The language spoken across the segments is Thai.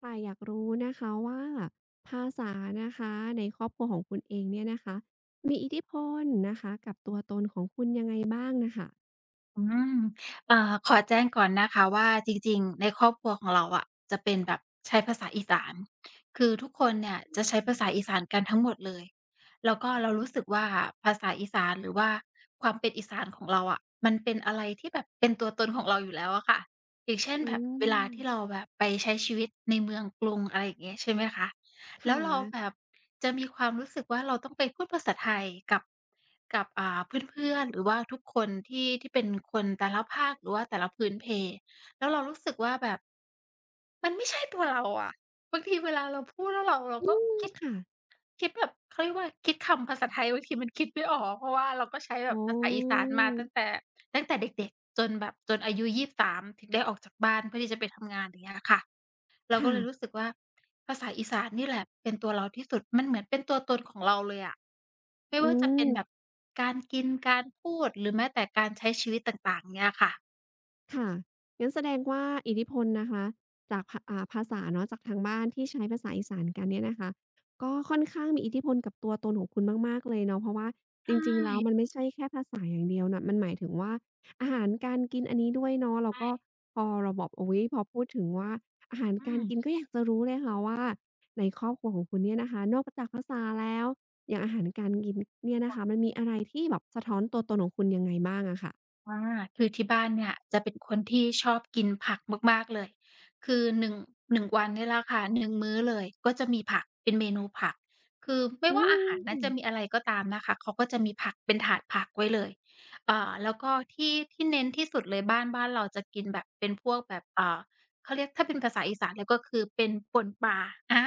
ค่ะอยากรู้นะคะว่าภาษานะคะในครอบครัวของคุณเองเนี่ยนะคะมีอิทธิพลนะคะกับตัวตนของคุณยังไงบ้างนะคะอืมขอแจ้งก่อนนะคะว่าจริงๆ ในครอบครัวของเราอะจะเป็นแบบใช้ภาษาอีสานคือทุกคนเนี่ยจะใช้ภาษาอีสานกันทั้งหมดเลย แล้วก็เรารู้สึกว่าภาษาอีสานหรือว่าความเป็นอีสานของเราอะมันเป็นอะไรที่แบบเป็นตัวตนของเราอยู่แล้วอะค่ะอย่างเช่นอืแบบมเวลาที่เราแบบไปใช้ชีวิตในเมืองกรุงอะไรอย่างเงี้ยใช่ไหมคะ ค่แล้วเราแบะบจะมีความรู้สึกว่าเราต้องไปพูดภาษาไทยกับเพื่อนๆหรือว่าทุกคนที่เป็นคนแต่ละภาคหรือว่าแต่ละพื้นเพ แล้วเรารู้สึกว่าแบบมันไม่ใช่ตัวเราอะบางทีเวลาเราพูดแล้วเราอืก็มคิดค่ะคิดแบบเขาเรียกว่าคิดคำภาษาไทยบางทีมันคิดไม่ออกเพราะว่าเราก็ใช้แบบอ๋ภาษาอีสานอมาตั้งแต่เด็กๆจนแบบจนอายุ23ถึงได้ออกจากบ้านเพื่อที่จะไปทำงานอย่างเงี้ยค่ะ เราคก็เลยรู้สึ่ะกว่าภาษาอีสานนี่แหละเป็นตัวเราที่สุดมันเหมือนเป็นตัวตนของเราเลยอะไม่อืว่าจะม เป็นแบบการกินการพูดหรือแม้แต่การใช้ชีวิตต่างๆเงี้ยค่ะค่ะงั้นแสดงว่าอิทธิพลนะคะจากภาษาเนาะจากทางบ้านที่ใช้ภาษาอีสานกันเนี่ยนะคะก็ค่อนข้างมีอิทธิพลกับตัวตนของคุณมากๆเลยเนาะเพราะว่าจใช่ริงๆแล้วมันไม่ใช่แค่ภาษาอย่างเดียวน่ะมันหมายถึงว่าอาหารการกินอันนี้ด้วยเนาะแล้วก็ใช่พอเราบอกอุ๊ยพอพูดถึงว่าอาหารอืการม กินก็อยากจะรู้เลยค่ะว่าในครอบครัวของคุณเนี่ยนะคะนอกจากภาษาแล้วอย่างอาหารการกินเนี่ยนะคะมันมีอะไรที่แบบสะท้อนตัวตนของคุณยังไงบ้างอะค่ะอาคือที่บ้านเนี่ยจะเป็นคนที่ชอบกินผักมากๆเลยคือหนึ่งวันเนี่ยแหละค่ะหนึ่งมื้อเลยก็จะมีผักเป็นเมนูผักคือไม่อืว่าอาหารนั้นม จะมีอะไรก็ตามนะคะเขาก็จะมีผักเป็นถาดผักไว้เลยแล้วก็ที่เน้นที่สุดเลยบ้านเราจะกินแบบเป็นพวกแบบเขาเรียกถ้าเป็นภาษาอีสานเลยก็คือเป็นป่นปลาอา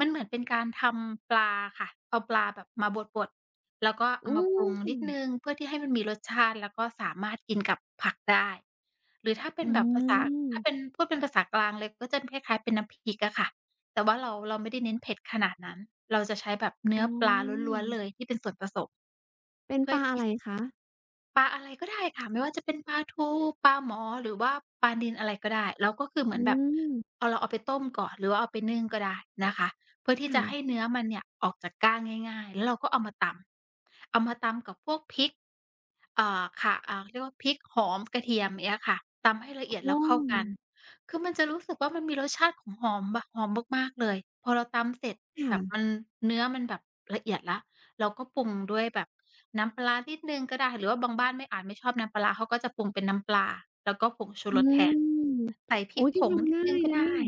มันเหมือนเป็นการทำปลาค่ะเอาปลาแบบมาบดๆ แล้วก็อืเอามาปมรุงนิดหนึ่งค่ะเพื่อที่ให้มันมีรสชาติแล้วก็สามารถกินกับผักได้หรือถ้าเป็อืนแบบภาษาถ้าเป็นมพูดเป็นภาษากลางเลยก็จะคล้ายๆเป็นน้ำพริกอะค่ะแต่ว่าเราไม่ได้เน้นเผ็ดขนาดนั้นเราจะใช้แบบเนื้อ๋อปลาอล้วนๆเลยที่เป็นส่วนผสมเป็นเพื่อปลาอะที่ ไรคะปลาอะไรก็ได้ค่ะไม่ว่าจะเป็นปลาทูปลาหมอหรือว่าปลานิลอะไรก็ได้แล้วก็คือเหมือือนแบบมเอาเราเอาไปต้มก่อนหรือว่าเอาไปนึ่งก็ได้นะคะเพื่อที่จะให้ค่ะเนื้อมันเนี่ยออกจากก้างง่ายๆแล้วเราก็เอามาตำกับพวกพริกค่ะเรียกว่าพริกหอมกระเทียมเงี้ยค่ะตำให้ละเอียดอ๋แล้อวเข้ากันคือมันจะรู้สึกว่ามันมีรสชาติของหอมแบบหอมมากๆเลยพอเราตำเสร็จแบบมัค่ะนเนื้อมันแบบละเอียดแล้ว เราก็ปรุงด้วยแบบน้ำปลาร้านิดหนึ่งก็ได้หรือว่าบางบ้านไม่อาจไม่ชอบน้ำปลาร้าเขาก็จะปรุงเป็นน้ำปลาแล้วก็ผงชูอืรสแทนมใส่พริโอ๊กยผก็งนิทำดหง่านึ่งยก็นะได้เนี่ย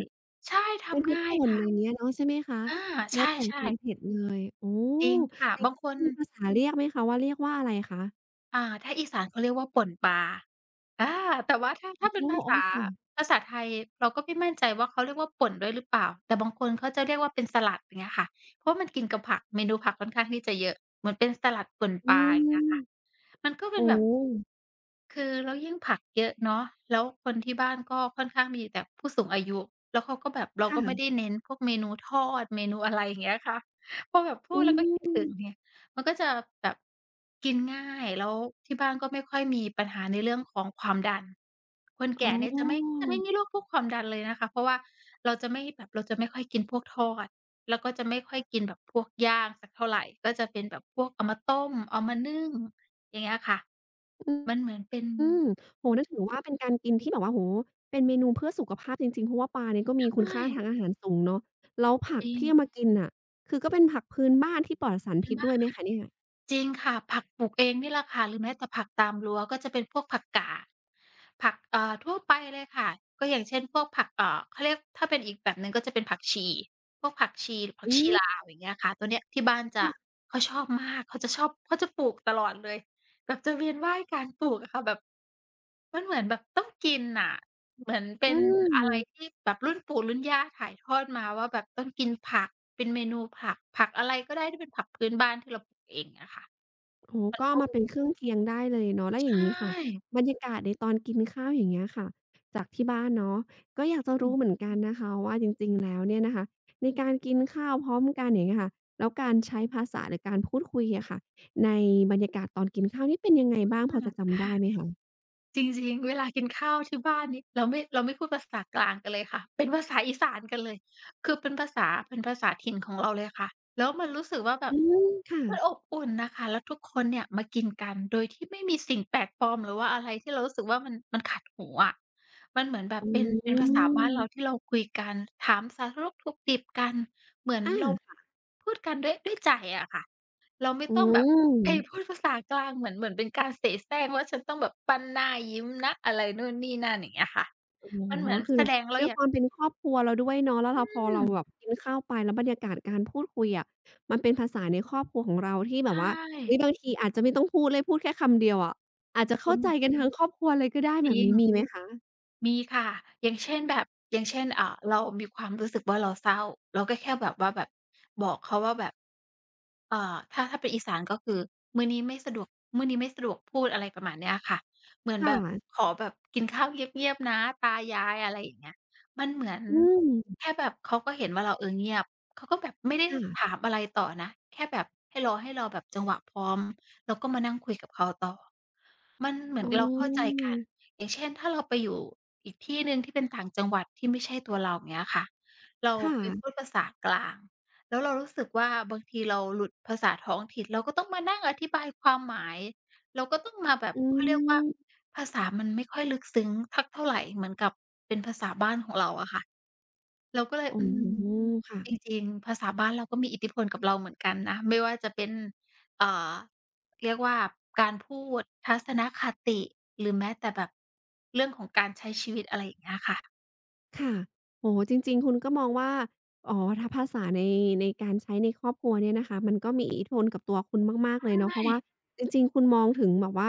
ใช่เป็นพทำริกง่ายป่นอย่างค่ะเงี้ยเนาะใช่ไหมคะอาใแล้วแต่ช่ความๆเผ็ดเลยโอ้จริงค่ะอย่างบางงี้คนมีภาษาเรียกไหมคะว่าเรียกว่าอะไรคะถ้าอีสานเขาเรียกว่าป่นปลาอาแต่ว่าถ้าเป็นอ๋อภาอ๋อษาค่ะภาษาไทยเราก็ไม่มั่นใจว่าเขาเรียกว่าป่นด้วยหรือเปล่าแต่บางคนเขาจะเรียกว่าเป็นสลัดอย่างเงี้ยค่ะเพราะมันกินกับผักเมนูผักค่อนข้างที่จะเยอะเหมือนเป็นสลัดป่นอืปลาอย่างเงี้มยค่ะมันก็เป็นโอ้แบบ คือแล้วยิ่งผักเยอะเนาะแล้วคนที่บ้านก็ค่อนข้างมีแต่ผู้สูงอายุแล้วเขาก็แบบเราก็ไม่ได้ค่ะเน้นพวกเมนูทอดเมนูอะไรอย่างเงี้ยค่ะพอแบบพูดอืแล้วก็คิดมถึงเนี่ยมันก็จะแบบกินง่ายแล้วที่บ้านก็ไม่ค่อยมีปัญหาในเรื่องของความดันคนอ๋แก่เนี่ยจะไม่อจะไม่มีโรคพวกความดันเลยนะคะเพราะว่าเราจะไม่แบบเราจะไม่ค่อยกินพวกทอดแล้วก็จะไม่ค่อยกินแบบพวกย่างสักเท่าไรก็จะเป็นแบบพวกเอามาต้มเอามานึ่ง อย่างเงี้ยค่ะอืม มันเหมือนเป็นอืมโอ้โฮนั่นถือว่าเป็นการกินที่แบบว่าโอ้โฮเป็นเมนูเพื่อสุขภาพจริงๆเพราะว่าปลาเนี่ยก็มีคุใช่ณค่าทางอาหารสูงเนาะแล้วผัจกริงที่เอามากินน่ะคือก็เป็นผักพื้นบ้านที่ปลอดสารเป็นพิษบ้าด้นวยไหมคะเนี่ยจริงค่ะผักปลูกเองนี่แหละค่ะหรือแม้แต่ผักตามรั้วก็จะเป็นพวกผักกาดผักทั่วไปเลยค่ะก็อย่างเช่นพวกผักเขาเรียกถ้าเป็นอีกแบบหนึ่งก็จะเป็นผักชีพวกผักชีหรือผักอืชีลาม วอย่างเงี้ยค่ะตัวเนี้ยที่บ้านจะค่ะ เขาชอบมากเขาจะชอบเขาจะปลูกตลอดเลยแบบจะเวียนว่ายการปลูกอะค่ะแบบมันเหมือนแบบต้องกินน่ะ เหมือนเป็อืนอะไรม ที่แบบรุ่นปู่รุ่นย่าถ่ายทอดมาว่าแบบต้องกินผักเป็นเมนูผักอะไรก็ได้ที่เป็นผักพื้นบ้านที่เราปลูกเองอะค่ะโอ้โฮมันก็ก็เอามาเออเป็นเครื่องเคียงได้เลยเนาะแล้วใชอย่างงี้ค่ะ่บรรยากาศในตอนกินข้าวอย่างเงี้ยค่ะจากที่บ้านเนาะก็อยากจะอืรู้มเหมือนกันนะคะว่าจริงๆแล้วเนี่ยนะคะในการกินข้าวพร้อมกันอย่างเงี้ยค่ะแล้วการใช้ภาษาหรือการพูดคุยอะค่ะในบรรยากาศตอนกินข้าวนี่เป็นยังไงคบ้างพอจะ่ะ จำได้ไหมคะจริงๆ เวลากินข้าวที่บ้านนี่เราไม่พูดภาษากลางกันเลยค่ะเป็นภาษาอีสานกันเลยคือเป็นภาษาถิ่นของเราเลยค่ะแล้วมันรู้สึกว่าแบบอืมค่ะมันอบอุ่นน่ะค่ะแล้วทุกคนเนี่ยมากินกันโดยที่ไม่มีสิ่งแปลกปลอมหรือว่าอะไรที่เรารู้สึกว่ามันขัดหูอะมันเหมือนแบบอ๋เป็นภาษาบ้านเราที่อเราคุยกันถามสารทุกข์ทุกดิบกันเหมือนเราอาพูดกันด้วยใจอะค่ะ เราไม่อืต้องแบบให้พูม ดภาษากลางเหมือนเป็นการเสแสร้งว่าฉันต้องแบบปั้นหน้ายิ้มนะอะไรนู่นนี่นั่นอย่างเงี้ยค่ะอ๋อมันเหมือนคือแสแบบดงเราด้วยอยาคกวามเป็นครอบครัวเราด้วยเนาะแล้วเราพออืเรามแบบกินข้าวไปแล้วบรรยากาศการพูดคุยอะมันเป็นภาษาในครอบครัวของเราที่ใชแบบว่าเฮ้ย่บางทีอาจจะไม่ต้องพูดเลยพูดแค่คำเดียวอะอาจจะอารเข้ามใจณ์กันทั้งครอบครัวเลยก็ได้จแบริบง นี้มีไหมคะมีค่ะอย่างเช่นแบบอย่างเช่นเรามีความรู้สึกว่าเราเศร้าเราก็แค่แบบว่าแบบบอกเขาว่าแบบเอ่อถ้าเป็นอีสานก็คือมื้อนี้ไม่สะดวกมื้อนี้ไม่สะดวกพูดอะไรประมาณเนี้ยค่ะเหมือนแบบ ค่ะขอแบบกินข้าวเงียบๆนะตายายอะไรอย่างเงี้ยมันเหมือนอืมแค่แบบเขาก็เห็นว่าเราเออเงียบเขาก็แบบไม่ได้ถาค่ะมอะไรต่อนะแค่แบบให้รอแบบจังหวะพร้อมแล้วก็มานั่งคุยกับเขาต่อมันเหมืออ๋นเราเข้าใจอกัน อย่างเช่นถ้าเราไปอยู่อีกที่หนึ่งที่เป็นต่างจังหวัดที่ไม่ใช่ตัวเราอย่างเงี้ยค่ะเราคไปพู่ะดภาษากลางแล้วเรารู้สึกว่าบางทีเราหลุดภาษาท้องถิ่นเราก็ต้องมานั่งอธิบายความหมายเราก็ต้องมาแบบอืเขาเรียกว่ามภาษามันไม่ค่อยลึกซึ้งทักเท่าไรเหมือนกับเป็นภาษาบ้านของเราอะค่ะเราก็เลยอ๋ออืม ค่ะ จริงๆ ภาษาบ้านเราก็มีอิทธิพลกับเราเหมือนกันนะ ไม่ว่าจะเป็นเอ่อเรียกว่าการพูดทัศนคติ หรือแม้แต่แบบเรื่องของการใช้ชีวิตอะไรอย่างเงี้ยค่ะ ค่ะโอ้โฮจริงๆคุณก็มองว่าอ๋อถ้าภาษาในในการใช้ในครอบครัวเนี่ยนะคะ มันก็มีอิทธิพลกับตัวคุณมากๆเลใชยเนาะเพราะ่ว่าจริงๆคุณมองถึงแบบว่า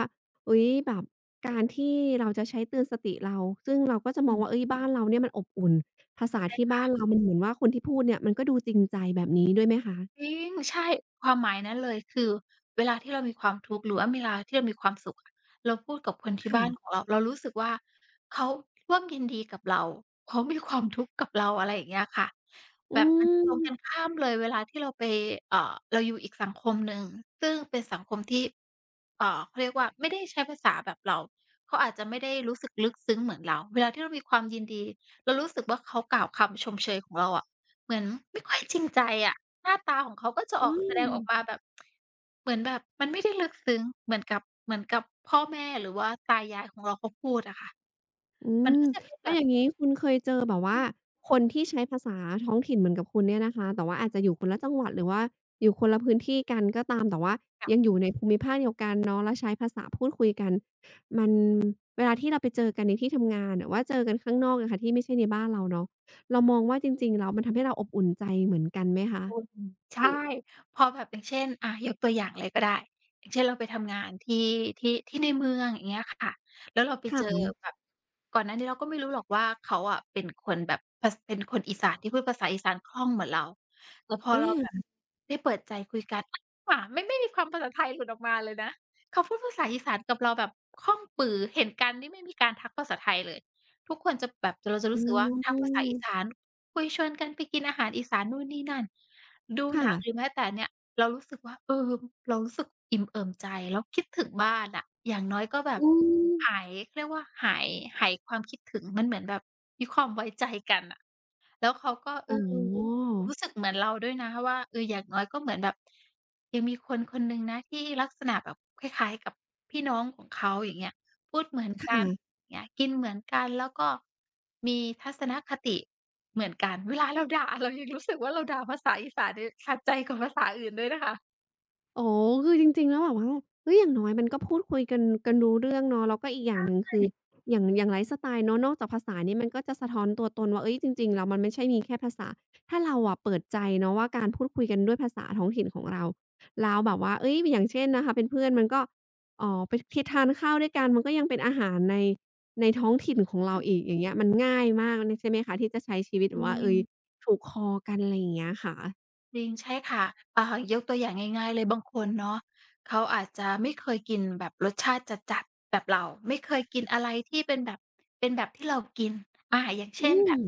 อุ๊ยแบบการที่เราจะใช้เตือนสติเราซึ่งเราก็จะมอืองมว่าเฮ้ยบ้านเราเนี่ยมันอบอุ่นภาษาใช่ที่ค่ะ บ้านเรามันเหมือนว่าคนที่พูดเนี่ยมันก็ดูจริงใจแบบนี้ด้วยไหมคะจริงใช่ความหมายนั้นเลยคือเวลาที่เรามีความทุกข์หรือว่าเวลาที่เรามีความสุขอะเราพูดกับคนที่บ้านของค่ะเราเรารู้สึกว่าเขาร่วมยินดีกับเราเขามีความทุกข์กับเราอะไรอย่างเงี้ยค่ะแบอืบมันจะตมรงกันข้ามเลยเวลาที่เราไปเอ่อเราอยู่อีกสังคมหนึ่งซึ่งเป็นสังคมที่ เขาเรียกว่าไม่ได้ใช้ภาษาแบบเราเขาอาจจะไม่ได้รู้สึกลึกซึ้งเหมือนเราเวลาที่เรามีความยินดีเรารู้สึกว่าเขากล่าวคำชมเชยของเราอะเหมือนไม่ค่อยจริงใจอะหน้าตาของเขาก็จะออือกแสดม งออกมาแบบเหมือนแบบมันไม่ได้ลึกซึ้งเหมือนกับพ่อแม่หรือว่าตายายของเราเขาพูดอะค่ะอืมันมก็จะเป็นแล้แบวอบ ย่างงี้คุณเคยเจอแบบว่าคนที่ใช้ภาษาท้องถิ่นเหมือนกับคุณเนี่ยนะคะแต่ว่าอาจจะอยู่คนละจังหวัดหรือว่าอยู่คนละพื้นที่กันก็ตามแต่ว่ายังอยู่ในภูมิภาคเดียวกันเนาะแล้วใช้ภาษาพูดคุยกันมันเวลาที่เราไปเจอกันในที่ทำงานหรือว่าเจอกันข้างนอกอะค่ะที่ไม่ใช่ในบ้านเราเนาะเรามองว่าจริงๆแล้วมันทำให้เราอบอุ่นใจเหมือนกันไหมคะอืมหใช่รือพอแบบอย่างเช่นยกตัวอย่างเลยก็ได้อย่างเช่นเราไปทำงานที่ที่ในเมืองอย่างเงี้ยค่ะแล้วเราไปเจอค่ะแบบก่อนหน้านี้เราก็ไม่รู้หรอกว่าเขาอะเป็นคนแบบเป็นคนอีสานที่พูดภาษาอีสานคล่องเหมือนเราแต่พอเราแบบอาได้เปิดใจคุยกันอ้าวไม่มีความภาษาไทยหลุดออกมาเลยนะเขาพูดภาษาอีสานกับเราแบบคล่องปือเห็นกันนี่ไม่มีการทักภาษาไทยเลยทุกคนจะแบบเราจะอ๋รู้สึกว่าทักภาอษาอีสาน คุยชวนกันไปกินอาหารอีสานนู่นนี่นั่น ดูหค่ะนังหรือแม้แต่เนี่ยเรารู้สึกว่าเออเรารู้สึกอิ่มเอิบใจแล้วคิดถึงบ้านอะอย่างน้อยก็แบบอืมหายเขาเรียกว่าหายความคิดถึงมันเหมือนแบบมีความไว้ใจกันน่ะแล้วเขาก็เออ๋ออรู้สึกเหมือนเราด้วยนะว่าเอออย่างน้อยก็เหมือนแบบยังมีคนคนหนึ่งนะที่ลักษณะแบบคล้ายๆกับพี่น้องของเขาอย่างเงี้ยพูดเหมือนคกัน่ะ อย่างเงี้ยกินเหมือนกันแล้วก็มีทัศนคติ เหมือนกันเวลาเราด่าเรายังรู้สึกว่าเราด่าภาษาอีสานเนี่ยขัดใจกว่าภาษาอื่นด้วยนะคะอ๋อคือจริงๆแล้วแบบว่าเฮ้ยอย่างน้อยมันก็พูดคุยกันรู้เรื่องเนาะแล้วก็อีกอย่างหนึ่งใชคือ่อย่างไลฟ์สไตล์เนาะนอกจากภาษานี่มันก็จะสะท้อนตัวตนว่าเฮ้ยจริงๆแล้วมันไม่ใช่มีแค่ภาษาถ้าเราอะเปิดใจเนาะว่าการพูดคุยกันด้วยภาษาท้องถิ่นของเราแล้วแบบว่าเฮ้ยอย่างเช่นนะคะเป็นเพื่อนมันก็อ๋อไปททานข้าวด้วยกันมันก็ยังเป็นอาหารในในท้องถิ่นของเราอีกอย่างเงี้ยมันง่ายมากนี่ใช่ไหมคะที่จะใช้ชีวิตจแบบว่าริเองยถูกคอกันอะไรอย่างเงี้ยค่ะจริงใช่ค่ะอ่ายกตัวอย่างง่ายๆเลยบางคนเนาะเขาอาจจะไม่เคยกินแบบรสชาติจัดๆแบบเราไม่เคยกินอะไรที่เป็นแบบเป็นแบบที่เรากินอย่างเช่อืนแบมบ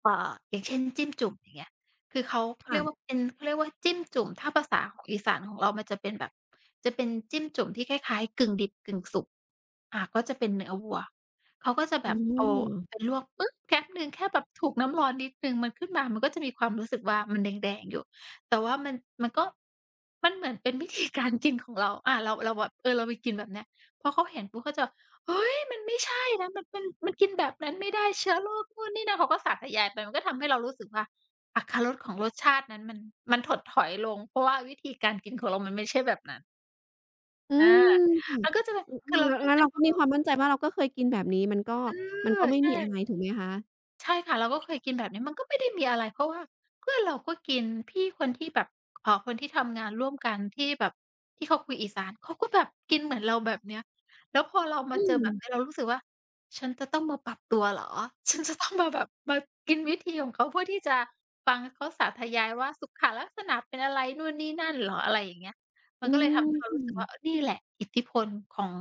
เอ่ออย่างเช่นจิ้มจุ่มอย่างเงี้ยคือเขาเรียกว่าค่ะเป็นเขาเรียกว่าจิ้มจุ่มถ้าภาษาของอีสานของเรามันจะเป็นแบบจะเป็นจิ้มจุ่มที่คล้ายๆกึ่งดิบกึ่งสุก อ่าก็จะเป็นเนื้อวัวเขาก็จะแบอ๋บเอาอ ไปลวกปึ๊บแป๊บหนึ่งแค่แบบถูกน้ำร้อนนิดหนึ่งมันขึ้นมามันก็จะมีความรู้สึกว่ามันแดงๆอยู่แต่ว่ามันก็มันเหมือนเป็นวิธีการกินของเราเราแบบเออเราไปกินแบบเนี้ยพอเขาเห็นปุ๊บเขาจะเฮ้ยมันไม่ใช่นะมันกินแบบนั้นไม่ได้เชื้อโรคนู่นนี่นั่นเขาก็สาธยายไปมันก็ทำให้เรารู้สึกว่าอรรถรสของรสชาตินั้นมันถดถอยลงเพราะว่าวิธีการกินของเรามันไม่ใช่แบบนั้นอือามอืมันก็จะเป็นคืออเราแล้วเนื่องแล้วจาก เราก็มีความมั่นใจว่าเราก็เคยกินแบบนี้มันก็เอมันอก็ไม่มีอะไรใช่ ถูกไหมคะใช่ค่ะเราก็เคยกินแบบนี้มันก็ไม่ได้มีอะไรเพราะว่าเพื่อนเราก็กินพี่คนที่แบบคนที่ทำงานร่วมกันที่แบบที่เขาคุยอีสานเขาก็แบบกินเหมือนเราแบบเนี้ยแล้วพอเรามาอืเจอมแบบนี้เรารู้สึกว่าฉันจะต้องมาปรับตัวเหรอฉันจะต้องมาแบบมากินวิธีของเขาเพื่อที่จะฟังเขาสาธยายว่าสุขลักษณะเป็นอะไรนู่นนี่นั่นเหรออะไรอย่างเงี้ยมันอืก็เลยทำให้เรารู้สึกว่ามเออนี่แหละอิทธิพลของ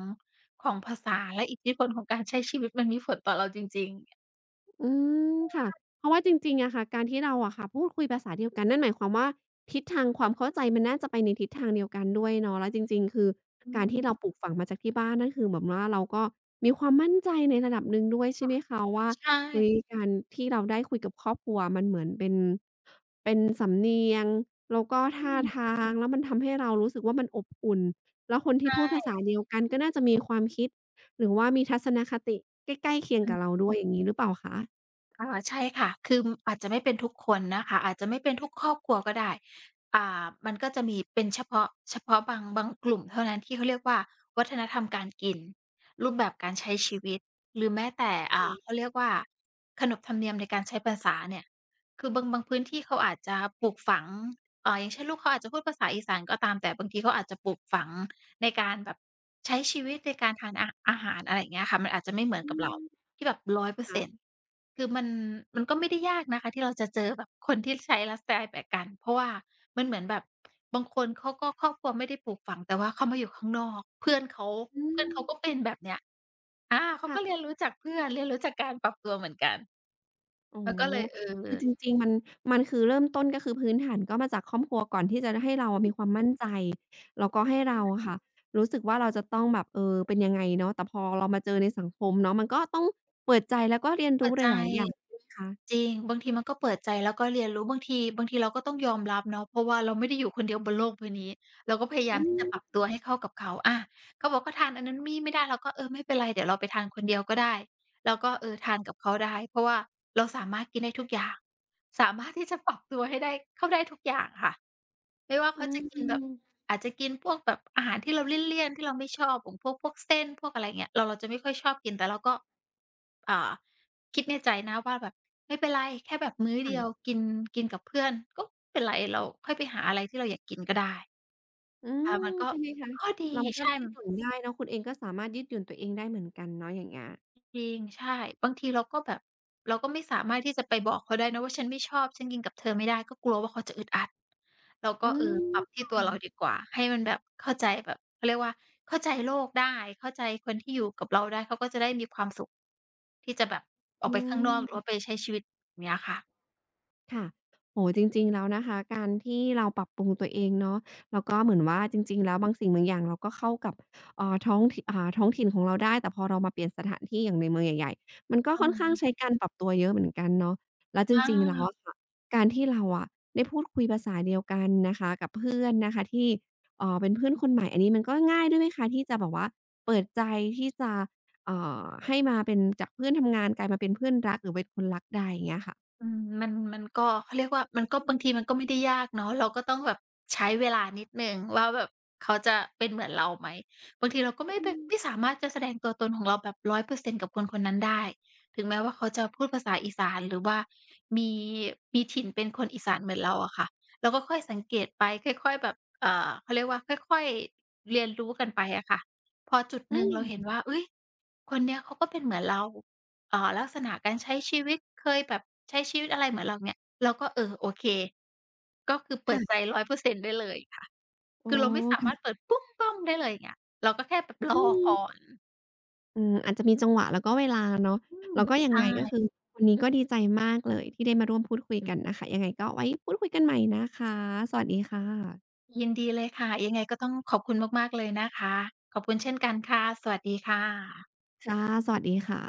ของภาษาและอิทธิพลของการใช้ชีวิตมันมีผลต่อเราจริงๆอืมค่ะเพราะว่าจริงๆอะค่ะการที่เราอะค่ะพูดคุยภาษาเดียวกันนั่นหมายความว่าทิศทางความเข้าใจมันน่าจะไปในทิศทางเดียวกันด้วยเนาะแล้วจริงๆคืออืการม ที่เราปลูกฝังมาจากที่บ้านนั่นคือเหมือนว่าเราก็มีความมั่นใจในระดับหนึ่งด้วยใช่ไหมคะว่าใช่เฮ้ยการที่เราได้คุยกับครอบครัวมันเหมือนเป็น แล้วก็อืท่ามทางแล้วมันทำให้เรารู้สึกว่ามันอบอุ่นแล้วคนที่พูดภาใช่ษาเดียวกันก็น่าจะมีความคิดหรือว่ามีทัศนคติใกล้ๆเคียงอื กับเราด้วยอย่างงี้หรือเปล่าคะใช่ค่ะคืออาจจะไม่เป็นทุกคนนะคะอาจจะไม่เป็นทุกครอบครัวก็ได้มันก็จะมีเป็นเฉพาะบางกลุ่มเท่านั้นที่เขาเรียกว่าวัฒนธรรมการกินรูปแบบการใช้ชีวิตหรือแม้แต่ค่ะเขาเรียกว่าขนบธรรมเนียมในการใช้ภาษาเนี่ยคือบางพื้นที่เขาอาจจะปลูกฝังอย่างเช่นลูกเขาอาจจะพูดภาษาอีสานก็ตามแต่บางทีเขาอาจจะปลูกฝังในการแบบใช้ชีวิตในการทานอาหารอะไรอย่างเงี้ยค่ะมันอาจจะไม่เหมือนอืกับเรามที่แบบร้อยเปอร์เซ็นต์ ค่ะคือมันก็ไม่ได้ยากนะคะที่เราจะเจอแบบคนที่ใช้ไลฟ์สไตล์แบบกันเพราะว่ามันเหมือนแบบบางคนเขาก็ครอบครัวไม่ได้ปลูกฝังแต่ว่าเขามาอยู่ข้างนอกเพื่อนเขาอืเพื่อนมเขาก็เป็นแบบเนี้ยเขาก็เรียนค่ะรู้จากเพื่อนเรียนรู้จากการปรับตัวเหมือนกันอ๋อมันก็เลยเออคือจริงๆมันคือเริ่มต้นก็คือพื้นฐานก็มาจากครอบครัวก่อนที่จะให้เราอืมมีความมั่นใจแล้วก็ให้เราใช่อะค่ะรู้สึกว่าเราจะต้องแบบเป็นยังไงเนาะแต่พอเรามาเจอในสังคมเนาะมันก็ต้องเปิดใจแล้วก็เรียนเปิรู้ดหใจ ลายๆอย่างใช่ไหมคะจริงบางทีมันก็เปิดใจแล้วก็เรียนรู้บางทีเราก็ต้องยอมรับเนาะเพราะว่าเราไม่ได้อยู่คนเดียวบนโลกใบนี้เราก็พยายาอืมที่จะปรับตัมวให้เข้ากับเขาเขาบอกเขาทานอันนั้นมี่ไม่ได้เราก็เออไม่เป็นไรเดี๋ยวเราไปทานคนเดียวก็ได้เราก็เออทานกับเขาได้เพราะว่าเราสามารถกินได้ทุกอย่างสามารถที่จะปรับตัวให้ได้เข้าได้ทุกอย่างค่ะไม่ว่าอืเขาจะกินแบบม อาจจะกินพวกแบบอาหารที่เราเลี่ยนๆที่เราไม่ชอบของพวกเส้นพวกอะไรอย่างเงี้ยเราจะไม่ค่อยชอบกินแต่เราก็อ่า คิดในใจนะว่าแบบไม่เป็นไรแค่แบบมื้อเดียวค่ะกินกินกับเพื่อนก็ไม่เป็นไรเราค่อยไปหาอะไรที่เราอยากกินก็ได้อืมมันก็ใช่ไหมคะข้อดีเราก็ใช่ยืดหยุ่นได้เนาะคุณเองก็สามารถยืดหยุ่นตัวเองได้เหมือนกันเนาะ อย่างเงี้ยจริงใช่บางทีเราก็แบบเราก็ไม่สามารถที่จะไปบอกเขาได้นะว่าฉันไม่ชอบฉันกินกับเธอไม่ได้ก็กลัวว่าเขาจะอึดอัดเราอืก็เอมอปรับที่ตัวค่ะเราดีกว่าให้มันแบบเข้าใจแบบเขาเรียกว่าเข้าใจโลกได้เข้าใจคนที่อยู่กับเราได้เขาก็จะได้มีความสุขที่จะแบบออกอืไปข้างนอกหรือว่าม ไปใช้ชีวิตอย่างเงี้ยค่ะค่ะโอ้โฮจริงๆแล้วนะคะการที่เราปรับปรุงตัวเองเนาะแล้วก็เหมือนว่าจริงๆแล้วบางสิ่งบางอย่างเราก็เข้ากับท้องถิ่นของเราได้แต่พอเรามาเปลี่ยนสถานที่อย่างในเมืองใหญ่ๆมันก็อืค่อนข้างใช้มการปรับตัวเยอะเหมือนกันเนาะแล้วจอริงๆแล้วอะา ค่ะการที่เราอะได้พูดคุยภาษาเดียวกันนะคะกับเพื่อนนะคะที่เป็นเพื่อนคนใหม่อันนี้มันก็ง่ายด้วยไหมคะที่จะแบบว่าเปิดใจที่จะเอ่ให้มาเป็นจากเพื่อนทำงานกลายมาเป็นเพื่อนรักหรือเป็นคนรักได้อย่างเงี้ยค่ะอืมมันก็เขาเรียกว่ามันก็บางทีมันก็ไม่ได้ยากเนาะเราก็ต้องแบบใช้เวลานิดหนึ่งว่าแบบเขาจะเป็นเหมือนเราไหมบางทีเราก็ไม่อืไปมไม่สามารถจะแสดงตัวตนของเราแบบร้อยเปอร์เซ็นต์กับคนคนนั้นได้ถึงแม้ว่าเขาจะพูดภาษาอีสานหรือว่ามีมีถิ่นเป็นคนอีสานเหมือนเราอะค่ะเราก็ค่อยสังเกตไปค่อยๆแบบเขาเรียกว่าค่อยๆเรียนรู้กันไปอะค่ะพอจุดหอืนึ่งเราเห็นม ว่าอุ๊ยคนเนี้ยเขาก็เป็นเหมือนเรา อ่าลักษณะการใช้ชีวิตเคยแบบใช้ชีวิตอะไรเหมือนเราเนี่ยเราก็เออโอเคก็คือเปิดใจค่ะ100%ได้เลยค่ะอ๋อคือเราไม่สาอืมามรถเปิดปุ๊มป้อมได้เลยอย่างเงี้ยเราก็แค่แบบรอือมก่อนอาจจะมีจังหวะแล้วก็เวลาเนาะอืมแล้วก็ยังใช่ไงก็คือวันนี้ก็ดีใจมากเลยที่ได้มาร่วมพูดคุยกันนะคะยังไงก็ไว้พูดคุยกันใหม่นะคะสวัสดีค่ะยินดีเลยค่ะยังไงก็ต้องขอบคุณมากๆเลยนะคะขอบคุณเช่นกันค่ะสวัสดีค่ะค่ะสวัสดีค่ะ